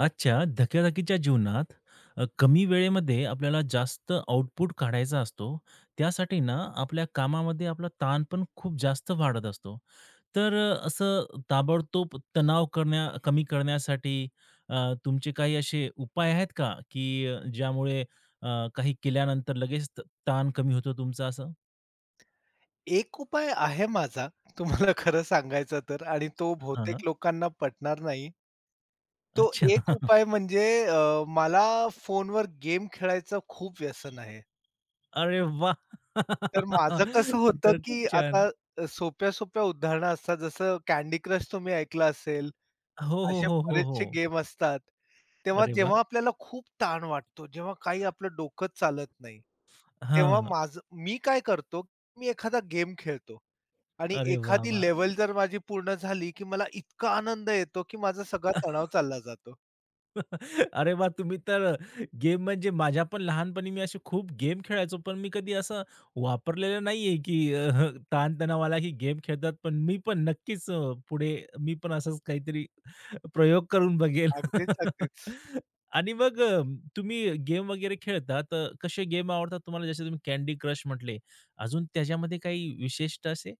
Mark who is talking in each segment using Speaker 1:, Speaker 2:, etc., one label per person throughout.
Speaker 1: आजच्या धक्याधकीच्या जीवनात कमी वेळेमध्ये आपल्याला जास्त आउटपुट काढायचा असतो. त्यासाठी ना आपल्या कामामध्ये आपला ताण पण खूप जास्त वाढत असतो. तर असं ताबडतोब तणाव कमी करण्यासाठी अ, तुमचे काही असे उपाय आहेत का, की ज्यामुळे काही केल्यानंतर लगेच ताण कमी होतो तुमचा असं?
Speaker 2: एक उपाय आहे माझा, तुम्हाला खरं सांगायचं तर आणि तो
Speaker 1: हां.
Speaker 2: बहुतेक लोकांना पटणार नाही. तो
Speaker 1: अच्छा.
Speaker 2: एक उपाय म्हणजे मला फोनवर गेम खेळायचं खूप व्यसन आहे.
Speaker 1: अरे वाह!
Speaker 2: तर माझं कसं होतं,
Speaker 1: तर
Speaker 2: की
Speaker 1: खूप छान.
Speaker 2: आता सोप्या-सोप्या उदाहरणं असतात, जसं कँडी क्रश तुम्ही ऐकलं असेल,
Speaker 1: हो, हो,
Speaker 2: असे
Speaker 1: हो, हो,
Speaker 2: बरेचसे
Speaker 1: हो.
Speaker 2: गेम असतात. तेव्हा
Speaker 1: अरे वाह!
Speaker 2: जेव्हा आपल्याला खूप ताण वाटतो, जेव्हा काही आपलं डोकंच चालत नाही, तेव्हा
Speaker 1: हां.
Speaker 2: माझं मी काय करतो, मी एखादा गेम खेळतो. आणि
Speaker 1: अरे वाह,
Speaker 2: एखादी
Speaker 1: वाह!
Speaker 2: लेवल जर माझी पूर्ण झाली, की मला इतका आनंद येतो, की माझा सगळा तणाव चालला जातो.
Speaker 1: अरे वा तुम्ही तर गेम म्हणजे माझ्या पण लहानपणी मी असे खूप गेम खेळायचो, पण मी कधी असं वापरलेलं नाहीये, की ताणतणाव आला की गेम खेळतात. पण मी पण नक्कीच पुढे मी पण असंच काहीतरी प्रयोग करून बघेल.
Speaker 2: अगदीच, अगदीच.
Speaker 1: आणि मग तुम्ही गेम वगैरे खेळता, तर कसे गेम आवडतात तुम्हाला? जसे तुम्ही कँडी क्रश म्हटले, अजून त्याच्यामध्ये काही विशिष्ट असे?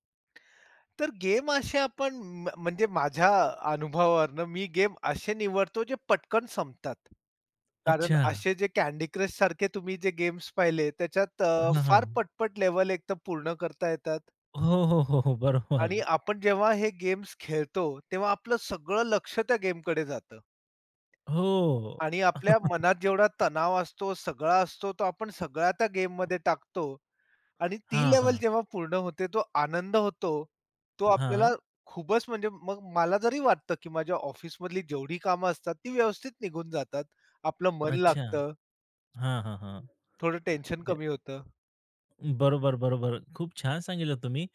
Speaker 2: तर गेम असे आपण म म्हणजे माझ्या अनुभवावरनं मी गेम असे निवडतो जे पटकन संपतात. कारण
Speaker 1: अच्छा.
Speaker 2: असे जे कँडी क्रश सारखे तुम्ही जे गेम्स पाहिले त्याच्यात
Speaker 1: हां,
Speaker 2: फार
Speaker 1: हां.
Speaker 2: पटपट लेव्हल एक तर पूर्ण करता येतात
Speaker 1: हो, हो, हो, हो. बरोबर.
Speaker 2: आणि आपण जेव्हा हे गेम्स खेळतो, तेव्हा आपलं सगळं लक्ष त्या गेमकडे जातं.
Speaker 1: हो.
Speaker 2: आणि आपल्या मनात जेवढा तणाव असतो, सगळा असतो, तो आपण सगळा त्या गेममध्ये टाकतो आणि ती
Speaker 1: हां,
Speaker 2: लेवल
Speaker 1: हां.
Speaker 2: जेव्हा पूर्ण होते, तो आनंद होतो, तो आपल्याला
Speaker 1: हां.
Speaker 2: खूपच म्हणजे मग मला जरी वाटतं, की माझ्या ऑफिसमधली जेवढी कामं असतात, ती व्यवस्थित निघून जातात. आपलं मन
Speaker 1: अच्छा.
Speaker 2: लागतं,
Speaker 1: हां, हां, हां.
Speaker 2: थोडं टेन्शन
Speaker 1: य
Speaker 2: कमी होतं.
Speaker 1: बरोबर, बरोबर. खूप छान सांगितलं तुम्ही.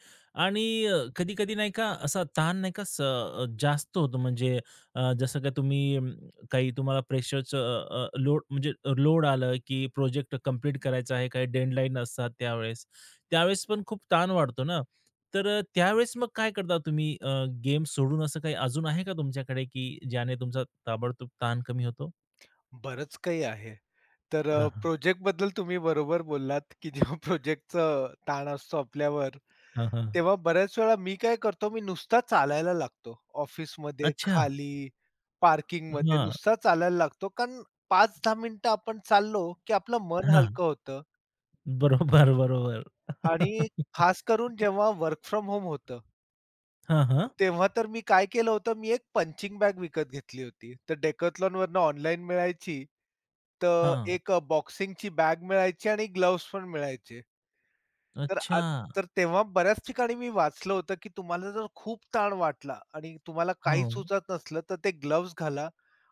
Speaker 1: आणि कधी-कधी नाही का असा ताण नाही का जास्त होतो म्हणजे जसं का तुम्ही काही तुम्हाला प्रेशरचं अ, अ, लोड म्हणजे लोड आलं, की प्रोजेक्ट कंप्लीट करायचा आहे, काही डेडलाईन असतात त्यावेळेस. त्यावेळेस पण खूप ताण वाढतो ना, तर त्यावेळेस मग काय करता तुम्ही? गेम सोडून असं काही अजून आहे का तुमच्याकडे, की ज्याने तुमचा ताबडतोब ताण कमी होतो?
Speaker 2: बरंच काही आहे. तर
Speaker 1: हां, हां.
Speaker 2: प्रोजेक्टबद्दल तुम्ही बरोबर बोललात, की जेव्हा प्रोजेक्टचं ताण असतो आपल्यावर,
Speaker 1: हां, हां.
Speaker 2: तेव्हा बऱ्याच वेळा मी काय करतो, मी नुसता चालायला लागतो. ऑफिसमध्ये,
Speaker 1: अच्छा.
Speaker 2: खाली, पार्किंगमध्ये
Speaker 1: हां,
Speaker 2: नुसता चालायला लागतो. कारण 5-10 मिनिटं आपण चाललो, की आपलं मन
Speaker 1: हां.
Speaker 2: हलकं होतं
Speaker 1: बरोबर, बरोबर.
Speaker 2: आणि खास करून जेव्हा वर्क फ्रॉम होम होतं,
Speaker 1: हां, हां.
Speaker 2: तेव्हा तर मी काय केलं होतं, मी एक पंचिंग बॅग विकत घेतली होती. तर Decathlon वरनं ऑनलाईन मिळायची. तर
Speaker 1: हां.
Speaker 2: एक बॉक्सिंगची बॅग मिळायची आणि ग्लोव्हज पण मिळायचे. तर आ
Speaker 1: अच्छा.
Speaker 2: तर तेव्हा बऱ्याच ठिकाणी मी वाचलं होतं, की तुम्हाला जर खूप ताण वाटला आणि तुम्हाला हं.
Speaker 1: हं.
Speaker 2: सुचत नसलं, तर ते ग्लोव्हज घाला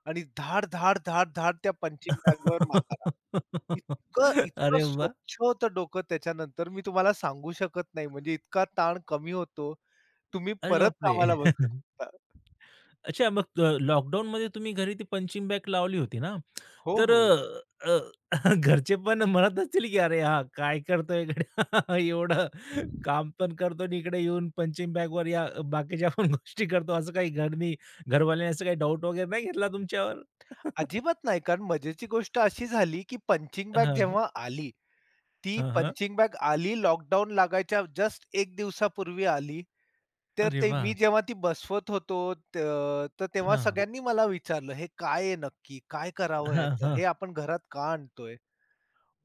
Speaker 2: आणि धाड, धाड, धाड, धाड त्या पंचिंग बॅगवर मारा. इतकं इतकं
Speaker 1: अरे वाह!
Speaker 2: स्वच्छ होतं डोकं त्याच्यानंतर मी तुम्हाला सांगू शकत नाही. म्हणजे इतका ताण कमी होतो. तुम्ही
Speaker 1: अरे
Speaker 2: परत
Speaker 1: बापरे!
Speaker 2: कामाला बसू शकता.
Speaker 1: अच्छा, मग लॉकडाऊनमध्ये तुम्ही घरी ती पंचिंग बॅग लावली होती ना,
Speaker 2: हो,
Speaker 1: तर
Speaker 2: हो.
Speaker 1: अ, अ, घरचे पण म्हणत असतील, की "अरे हा काय करतोय गड्या एवढं काम पण करतो आणि इकडे येऊन पंचिंग बॅग वर या बाकीच्या पण गोष्टी करतो." असं काही घरवाल्याने असं काही डाऊट वगैरे नाही घेतला तुमच्यावर?
Speaker 2: अजिबात नाही. कारण मजेची गोष्ट अशी झाली, की पंचिंग बॅग
Speaker 1: हां.
Speaker 2: जेव्हा आली ती
Speaker 1: हां, हां.
Speaker 2: पंचिंग बॅग आली लॉकडाउन लागायच्या जस्ट 1 दिवसापूर्वी आली. तर
Speaker 1: अरे
Speaker 2: ते मी
Speaker 1: वाह!
Speaker 2: हं. जेव्हा ती बसवत होतो, तर तेव्हा
Speaker 1: हां.
Speaker 2: सगळ्यांनी मला विचारलं, "हे काय आहे नक्की? काय करावं
Speaker 1: हां,
Speaker 2: ह्याचं?
Speaker 1: हां.
Speaker 2: हे आपण घरात का आणतोय?"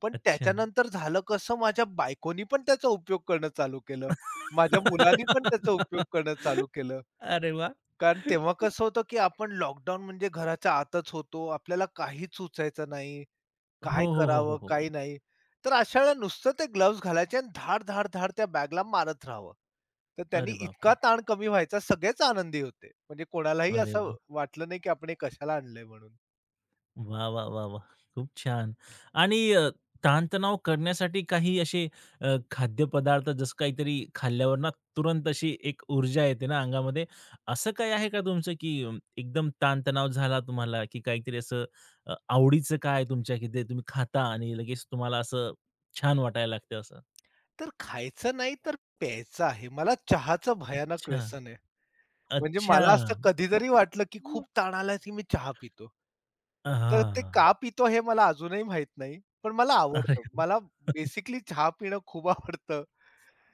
Speaker 2: पण हं.
Speaker 1: अच्छा.
Speaker 2: त्याच्यानंतर झालं कसं माझ्या बायकोनी पण त्याचा उपयोग करणं चालू केलं. माझ्या मुलांनी पण त्याचा उपयोग करणं चालू केलं.
Speaker 1: अरे वाह!
Speaker 2: कारण तेव्हा कसं होतं, की आपण लॉकडाउन म्हणजे घराच्या आतच होतो. आपल्याला काहीच सुचायचं नाही.
Speaker 1: हो,
Speaker 2: काय
Speaker 1: हो, हो, हो,
Speaker 2: करावं,
Speaker 1: हो.
Speaker 2: काय नाही. तर अशा वेळेला नुसतं ते ग्लोव्हज घालायचे आणि धाड, धाड, धाड त्या बॅगला मारत राहावं. तर त्यांनी
Speaker 1: अरे
Speaker 2: इतका
Speaker 1: बापरे!
Speaker 2: ताण कमी व्हायचा, सगळेच आनंदी होते. म्हणजे कोणालाही
Speaker 1: अरे
Speaker 2: असं वाटलं नाही, की आपण हे कशाला आणलंय म्हणून.
Speaker 1: वाह, वाह, वाह, वाह! खूप छान. आणि ताणतणाव करण्यासाठी काही असे खाद्यपदार्थ जसं काहीतरी खाल्ल्यावर ना तुरंत अशी एक ऊर्जा येते ना अंगामध्ये, असं काही आहे का तुमचं की एकदम ताणतणाव झाला तुम्हाला, की काहीतरी असं आवडीचं काय तुमच्या की ते तुम्ही खाता आणि लगेच तुम्हाला असं छान वाटायला लागतं असं?
Speaker 2: तर खायचं नाही, तर प्यायचं आहे. मला चहाचं भयानक
Speaker 1: अच्छा.
Speaker 2: व्यसन आहे. म्हणजे
Speaker 1: अच्छा.
Speaker 2: मला असं कधीतरी वाटलं, की खूप ताण आलाय, की मी चहा पितो. तर ते
Speaker 1: हां.
Speaker 2: का पितो हे मला अजूनही माहीत नाही. पण मला
Speaker 1: अरे!
Speaker 2: आवडतं. मला बेसिकली चहा पिणं खूप आवडतं.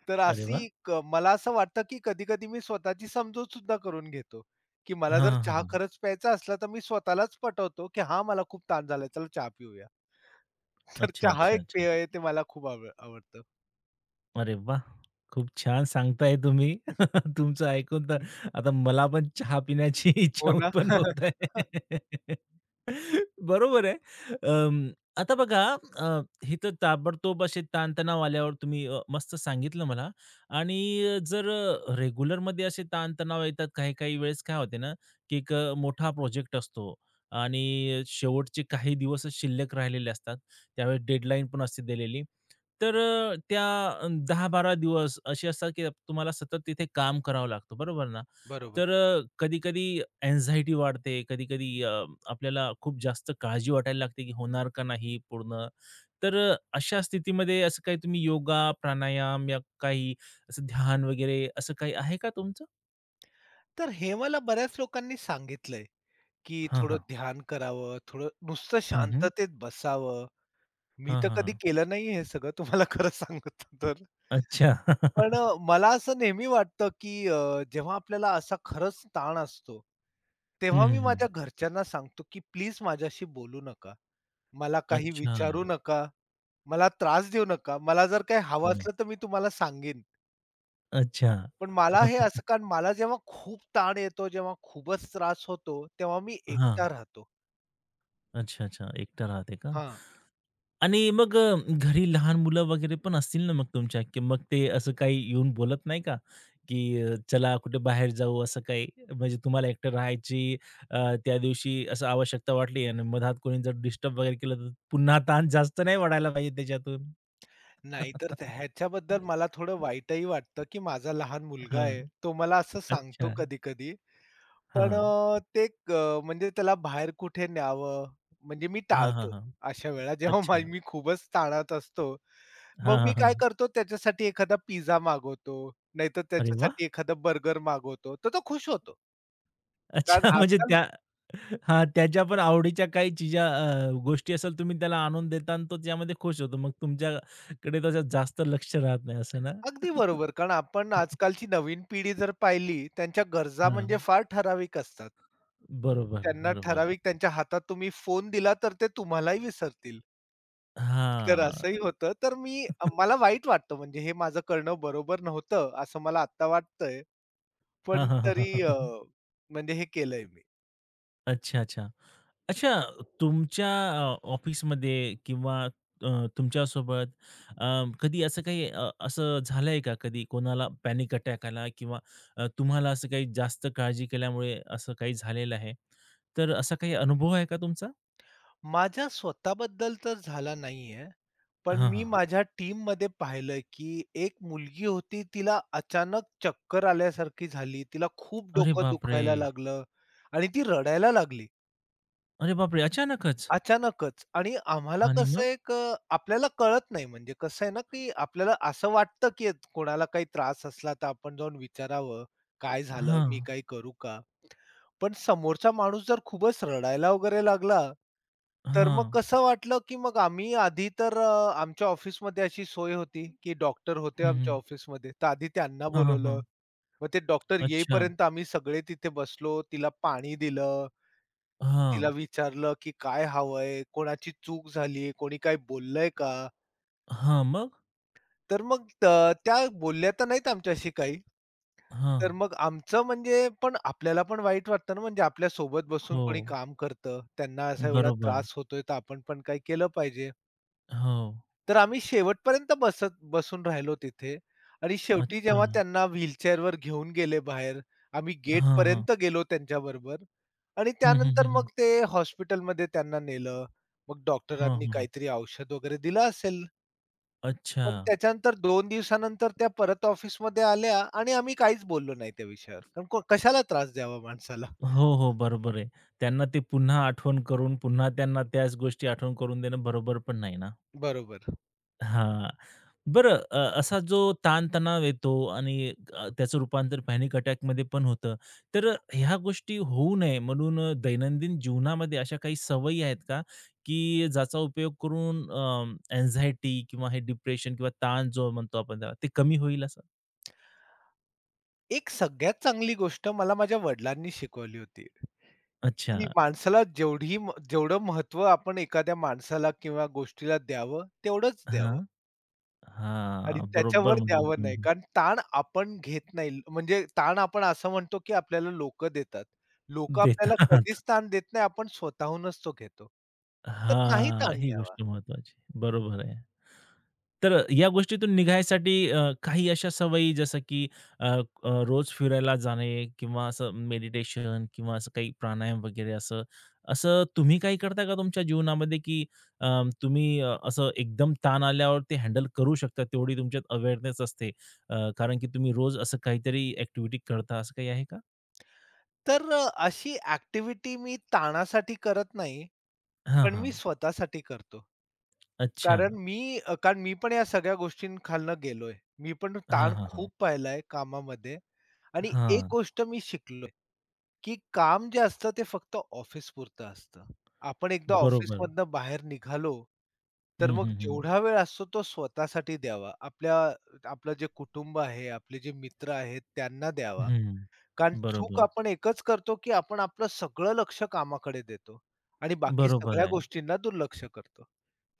Speaker 2: तर
Speaker 1: अरे वाह!
Speaker 2: अशी क मला असं वाटतं, की कधी-कधी मी स्वतःची समजूत सुद्धा करून घेतो, की मला
Speaker 1: हां,
Speaker 2: जर
Speaker 1: हां,
Speaker 2: चहा
Speaker 1: हां.
Speaker 2: खरंच प्यायचा असला, तर मी स्वतःलाच पटवतो, की "हां, मला खूप ताण झालाय, चला चहा पिऊया." तर
Speaker 1: अच्छा,
Speaker 2: चहा
Speaker 1: अच्छा,
Speaker 2: एक
Speaker 1: अच्छा.
Speaker 2: पेय आहे, ते मला खूप आवडतं.
Speaker 1: अरे वाह! खूप छान सांगताय तुम्ही. तुमचं ऐकून तर आता मला पण चहा पिण्याची इच्छा
Speaker 2: हो ना.
Speaker 1: उत्पन्न होत आहे. बरोबर आहे. अं, आता बघा अ, हे तर ताबडतोब असे ताणतणाव आल्यावर तुम्ही मस्त सांगितलं मला. आणि जर रेग्युलरमध्ये असे ताणतणाव येतात काही-काही वेळेस काय होते ना, की एक मोठा प्रोजेक्ट असतो आणि शेवटचे काही दिवसच शिल्लक राहिलेले असतात. त्यावेळेस डेडलाईन पण असते दिलेली. तर त्या 10-12 दिवस असे असतात, की तुम्हाला सतत तिथे काम करावं लागतं, बरोबर ना?
Speaker 2: बरोबर.
Speaker 1: तर कधी-कधी अँक्झायटी वाढते, कधी-कधी आपल्याला खूप जास्त काळजी वाटायला लागते, की होणार का नाही पूर्ण? तर अशा स्थितीमध्ये असं काही तुम्ही योगा, प्राणायाम या काही असं ध्यान वगैरे असं काही आहे का तुमचं?
Speaker 2: तर हे मला बऱ्याच लोकांनी सांगितलंय, की
Speaker 1: हां,
Speaker 2: थोडं
Speaker 1: हां.
Speaker 2: ध्यान करावं, थोडं नुसतं
Speaker 1: हं, हं.
Speaker 2: शांततेत बसावं. मी
Speaker 1: हां,
Speaker 2: तर
Speaker 1: हां,
Speaker 2: कधी
Speaker 1: हां.
Speaker 2: केलं नाही हे सगळं तुम्हाला खरं सांगतो तर.
Speaker 1: अच्छा.
Speaker 2: पण मला असं नेहमी वाटतं, की जेव्हा आपल्याला असा खरंच ताण असतो, तेव्हा
Speaker 1: हं,
Speaker 2: मी
Speaker 1: हं.
Speaker 2: माझ्या घरच्यांना सांगतो, की "प्लीज माझ्याशी बोलू नका. मला काही
Speaker 1: अच्छा.
Speaker 2: विचारू नका. मला त्रास देऊ नका. मला जर काही हवं
Speaker 1: हां.
Speaker 2: असलं तर मी तुम्हाला सांगेन."
Speaker 1: अच्छा.
Speaker 2: पण मला हे असं कारण मला जेव्हा खूप ताण येतो, जेव्हा खूपच त्रास होतो, तेव्हा मी
Speaker 1: हां.
Speaker 2: एकटा राहतो.
Speaker 1: अच्छा, अच्छा. एकटं राहते का?
Speaker 2: हां.
Speaker 1: आणि मग घरी लहान मुलं वगैरे पण असतील ना मग तुमच्या, की मग ते असं काही येऊन बोलत नाही का, की चला कुठे बाहेर जाऊ असं काही? म्हणजे तुम्हाला एकटं राहायची अ, त्या दिवशी असं आवश्यकता वाटली आणि मधात कोणी जर डिस्टर्ब वगैरे केलं तर पुन्हा ताण जास्त नाही वाढायला पाहिजे त्याच्यातून.
Speaker 2: नाही, तर त्या ह्याच्याबद्दल मला थोडं वाईटही वाटतं, की माझा लहान मुलगा आहे.
Speaker 1: हां.
Speaker 2: तो मला असं सांगतो
Speaker 1: अच्छा.
Speaker 2: कधी-कधी. पण
Speaker 1: हां.
Speaker 2: म्हणजे त्याला बाहेर कुठे न्यावं, म्हणजे मी
Speaker 1: हां, हां,
Speaker 2: टाळतो.
Speaker 1: हां.
Speaker 2: अशा वेळा जेव्हा
Speaker 1: अच्छा.
Speaker 2: मी खूपच ताणात असतो,
Speaker 1: हां,
Speaker 2: मग मी
Speaker 1: हां,
Speaker 2: काय
Speaker 1: हां.
Speaker 2: करतो त्याच्यासाठी एखादा पिझ्झा मागवतो, नाहीतर
Speaker 1: अरे वाह!
Speaker 2: त्याच्यासाठी एखादा बर्गर मागवतो. तर तो खुश होतो. कारण
Speaker 1: अच्छा, म्हणजे
Speaker 2: आजकाल
Speaker 1: हां, त्याच्या पण आवडीच्या काही चीजा गोष्टी असेल तुम्ही त्याला आणून देता आणि तो त्यामध्ये खुश होतो. मग तुमच्याकडे त्याचं जास्त लक्ष राहत नाही असं ना?
Speaker 2: अगदी बरोबर. कारण आपण हां. आजकालची नवीन पिढी जर पाहिली, त्यांच्या गरजा
Speaker 1: हां,
Speaker 2: म्हणजे फार ठराविक असतात.
Speaker 1: बरोबर,
Speaker 2: त्यांना
Speaker 1: बरोबर.
Speaker 2: ठराविक त्यांच्या हातात तुम्ही फोन दिला, तर ते तुम्हालाही विसरतील. तर असंही
Speaker 1: हां.
Speaker 2: होतं. तर मी मला वाईट वाटतं म्हणजे हे माझं करणं बरोबर नव्हतं, असं मला आत्ता वाटतंय.
Speaker 1: हां,
Speaker 2: पण
Speaker 1: हां, हां, हां,
Speaker 2: तरी
Speaker 1: हां, हां.
Speaker 2: म्हणजे हे केलंय मी.
Speaker 1: अच्छा, अच्छा. अच्छा, तुमच्या ऑफिसमध्ये किंवा अ, तुमच्यासोबत अ, कधी असं काही असं झालंय का कधी कोणाला पॅनिक अटॅक आला किंवा तुम्हाला असं काही जास्त काळजी केल्यामुळे असं काही झालेलं आहे? तर असा काही अनुभव आहे का तुमचा?
Speaker 2: माझ्या स्वतःबद्दल तर झाला नाहीये. पण
Speaker 1: हां,
Speaker 2: मी हं.
Speaker 1: हां.
Speaker 2: टीम टीममध्ये पाहिलंय, की एक मुलगी होती तिला अचानक चक्कर आल्यासारखी झाली. तिला खूप
Speaker 1: अरे
Speaker 2: डोकं
Speaker 1: बापरे!
Speaker 2: दुखायला लागलं आणि ती रडायला लागली
Speaker 1: अरे बापरे! अचानकच?
Speaker 2: अचानकच. आणि
Speaker 1: आणि
Speaker 2: कसं
Speaker 1: मग?
Speaker 2: एक आपल्याला कळत नाही म्हणजे कसं आहे ना, की आपल्याला असं वाटतं, की कोणाला काही त्रास असला तर आपण जाऊन विचारावं, "काय झालं?
Speaker 1: हां,
Speaker 2: मी काही करू का?" पण समोरचा माणूस जर खूपच रडायला वगैरे लागला, तर मग
Speaker 1: हां.
Speaker 2: कसं वाटलं, की मग आम्ही आधी तर आमच्या ऑफिसमध्ये अशी सोय होती, की डॉक्टर होते
Speaker 1: हं,
Speaker 2: हं. आमच्या
Speaker 1: हं.
Speaker 2: ऑफिसमध्ये. तर आधी त्यांना
Speaker 1: हां, हां,
Speaker 2: बोलवलं.
Speaker 1: हां.
Speaker 2: मग ते डॉक्टर
Speaker 1: अच्छा.
Speaker 2: येईपर्यंत आम्ही सगळे तिथे बसलो. तिला पाणी दिलं. तिला
Speaker 1: हां.
Speaker 2: विचारलं, की काय हवंय? कोणाची चूक झालीये? कोणी काही बोललंय का?
Speaker 1: हां, मग?
Speaker 2: तर मग त्या बोलल्या तर नाहीत आमच्याशी काही.
Speaker 1: हां.
Speaker 2: तर मग आमचं म्हणजे पण आपल्याला पण वाईट वाटतं ना, म्हणजे आपल्या सोबत बसून
Speaker 1: हो.
Speaker 2: कोणी काम करतं, त्यांना असा एवढा
Speaker 1: बरोबर.
Speaker 2: त्रास होतोय, तर आपण पण काही केलं पाहिजे.
Speaker 1: हो.
Speaker 2: तर आम्ही शेवटपर्यंत बसत बसून राहिलो तिथे आणि शेवटी
Speaker 1: अच्छा.
Speaker 2: जेव्हा त्यांना व्हीलचेअरवर घेऊन गेले बाहेर, आम्ही
Speaker 1: हां, हां.
Speaker 2: गेटपर्यंत गेलो त्यांच्याबरोबर आणि
Speaker 1: हं, हं,
Speaker 2: त्यानंतर
Speaker 1: हं, हं.
Speaker 2: मग ते हॉस्पिटलमध्ये त्यांना नेलं. मग
Speaker 1: हां,
Speaker 2: डॉक्टरांनी
Speaker 1: हां, हां.
Speaker 2: काहीतरी औषध वगैरे दिलं असेल.
Speaker 1: अच्छा.
Speaker 2: पण त्याच्यानंतर 2 दिवसानंतर त्या परत ऑफिसमध्ये आल्या आणि आम्ही काहीच बोललो नाही त्या विषयावर. कारण कशाला त्रास द्यावा माणसाला?
Speaker 1: हो, हो. बरोबर आहे. त्यांना ते पुन्हा आठवण करून, पुन्हा त्यांना त्याच गोष्टी आठवण करून देणं बरोबर पण नाही ना.
Speaker 2: बरोबर.
Speaker 1: हां. बरं असा जो ताण-तणाव येतो आणि त्याचं रूपांतर पॅनिक अटॅकमध्ये पण होतं. तर ह्या गोष्टी होऊ नये म्हणून दैनंदिन जीवनामध्ये अशा काही सवयी आहेत का, की ज्याचा उपयोग करून अँक्झायटी किंवा हे डिप्रेशन किंवा ताण जो म्हणतो आपण त्याला, ते कमी होईल असं?
Speaker 2: एक सगळ्यात चांगली गोष्ट मला माझ्या वडिलांनी शिकवली होती,
Speaker 1: अच्छा.
Speaker 2: की माणसाला जेवढी जेवढं महत्त्व आपण एखाद्या माणसाला किंवा गोष्टीला द्यावं, तेवढंच
Speaker 1: हां.
Speaker 2: द्यावं आणि
Speaker 1: हां, बरोबर
Speaker 2: त्याच्यावर
Speaker 1: म्हटलं
Speaker 2: द्यावं नाही.
Speaker 1: तुम्ही.
Speaker 2: कारण ताण आपण घेत नाही. म्हणजे ताण आपण असं म्हणतो, की आपल्याला लोकं देतात. लोकं आपल्याला
Speaker 1: देतात.
Speaker 2: कधीच ताण देत नाही. आपण स्वतःहूनच तो घेतो. तर नाही
Speaker 1: हां,
Speaker 2: ताण
Speaker 1: ही
Speaker 2: घ्यावा.
Speaker 1: गोष्ट महत्त्वाची. बरोबर आहे. तर या गोष्टीतून निघायसाठी अ, काही अशा सवयी जसं की अ, अ, रोज फिरायला जाणे किंवा असं मेडिटेशन किंवा असं काही प्राणायाम वगैरे असं, असं तुम्ही काही करता का तुमच्या जीवनामध्ये की अ, तुम्ही असं एकदम ताण आल्यावर ते हँडल करू शकता तेवढी तुमच्यात अवेअरनेस असते? कारण की तुम्ही रोज असं काहीतरी ॲक्टिव्हिटी करता असं काही आहे का?
Speaker 2: तर अशी ॲक्टिव्हिटी मी ताणासाठी करत नाही,
Speaker 1: हां,
Speaker 2: पण मी
Speaker 1: हां.
Speaker 2: स्वतःसाठी करतो.
Speaker 1: अच्छा.
Speaker 2: कारण मी पण या सगळ्या गोष्टींखालनं गेलोय. मी पण
Speaker 1: हां,
Speaker 2: ताण
Speaker 1: हां, हां.
Speaker 2: खूप पाहिलाय कामामध्ये आणि एक
Speaker 1: हां,
Speaker 2: गोष्ट मी शिकलोय, की काम जे असतं ते फक्त ऑफिसपुरतं असतं. आपण एकदा
Speaker 1: बरोबर.
Speaker 2: ऑफिसमधनं बाहेर निघालो, तर
Speaker 1: हं,
Speaker 2: मग
Speaker 1: हं, हं.
Speaker 2: जेवढा वेळ असतो तो स्वतःसाठी द्यावा. आपलं जे कुटुंब आहे, आपले जे मित्र आहेत त्यांना द्यावा.
Speaker 1: हं.
Speaker 2: कारण चूक
Speaker 1: बरोबर.
Speaker 2: आपण एकच करतो, की आपण आपलं सगळं लक्ष कामाकडे देतो आणि बाकी
Speaker 1: बरोबर
Speaker 2: सगळ्या
Speaker 1: आहे.
Speaker 2: गोष्टींना दुर्लक्ष करतो.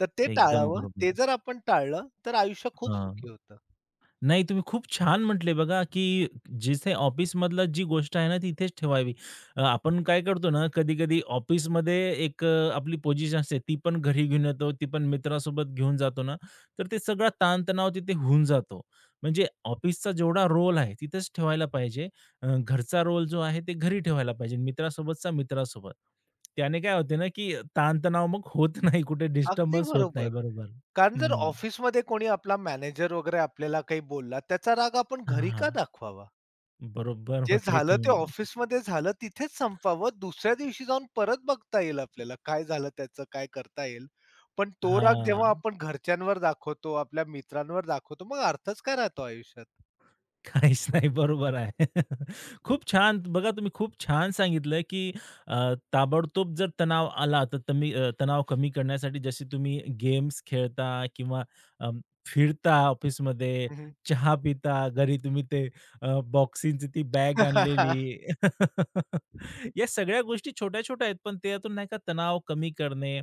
Speaker 2: तर ते
Speaker 1: एकदम
Speaker 2: टाळावं.
Speaker 1: बरोबर.
Speaker 2: ते जर आपण टाळलं, तर आयुष्य खूप
Speaker 1: हां.
Speaker 2: सुखी होतं.
Speaker 1: नाही तुम्ही खूप छान म्हटले बघा, की जिथे ऑफिसमधलं जी गोष्ट आहे ना, ती इथेच ठेवावी. आपण काय करतो ना, कधी-कधी ऑफिसमध्ये एक आपली पोझिशन असते, ती पण घरी घेऊन येतो, ती पण मित्रासोबत घेऊन जातो ना, तर ते सगळा ताणतणाव तिथे होऊन जातो. म्हणजे ऑफिसचा जेवढा रोल आहे, तिथेच ठेवायला पाहिजे. घरचा रोल जो आहे, ते घरी ठेवायला पाहिजे. मित्रासोबतचा मित्रासोबत. त्याने काय होते ना, की ताणतणाव मग होत नाही, कुठे
Speaker 2: अगदी
Speaker 1: डिस्टर्बन्स होत
Speaker 2: बरोबर.
Speaker 1: नाही. बरोबर.
Speaker 2: कारण जर
Speaker 1: हं.
Speaker 2: ऑफिसमध्ये कोणी आपला मॅनेजर वगैरे आपल्याला काही बोलला, त्याचा राग आपण घरी
Speaker 1: हां,
Speaker 2: का दाखवावा?
Speaker 1: बरोबर
Speaker 2: जे
Speaker 1: म्हटले
Speaker 2: झालं ते
Speaker 1: तुम्ही.
Speaker 2: ऑफिसमध्ये झालं तिथेच संपावं. दुसऱ्या दिवशी जाऊन परत बघता येईल आपल्याला काय झालं त्याचं, काय करता येईल. पण तो राग जेव्हा
Speaker 1: हां.
Speaker 2: आपण घरच्यांवर दाखवतो, आपल्या मित्रांवर दाखवतो, मग अर्थच काय राहतो आयुष्यात?
Speaker 1: काहीच
Speaker 2: हं,
Speaker 1: नाही. बरोबर आहे. खूप छान बघा तुम्ही खूप छान सांगितलं, की ताबडतोब जर तणाव आला तर तुम्ही तणाव कमी करण्यासाठी जसे तुम्ही गेम्स खेळता किंवा अं, फिरता ऑफिसमध्ये,
Speaker 2: हं.
Speaker 1: चहा पिता, घरी तुम्ही ते बॉक्सिंगची ती बॅग आणलेली. या सगळ्या गोष्टी छोट्या-छोट्या आहेत, पण त्यातून नाही का तणाव कमी करणे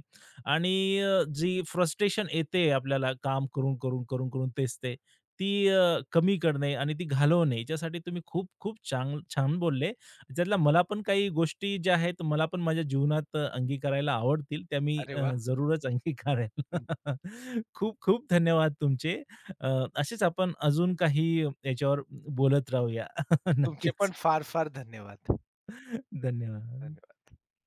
Speaker 1: आणि जी फ्रस्ट्रेशन येते आपल्याला काम करून, करून, करून, करून तेच ते, ती कमी करणे आणि ती घालवणे याच्यासाठी तुम्ही खूप खूप छान बोलले. ज्यातल्या मला पण काही गोष्टी ज्या आहेत, मला पण माझ्या जीवनात अंगीकारायला आवडतील, त्या मी
Speaker 2: अरे वाह!
Speaker 1: जरूरच अंगीकारेल.
Speaker 2: हं.
Speaker 1: खूप खूप धन्यवाद तुमचे. अ, असेच आपण अजून काही याच्यावर बोलत राहूया.
Speaker 2: तुमचे पण
Speaker 1: नक्कीच.
Speaker 2: फार-फार धन्यवाद.
Speaker 1: धन्यवाद.
Speaker 2: धन्यवाद.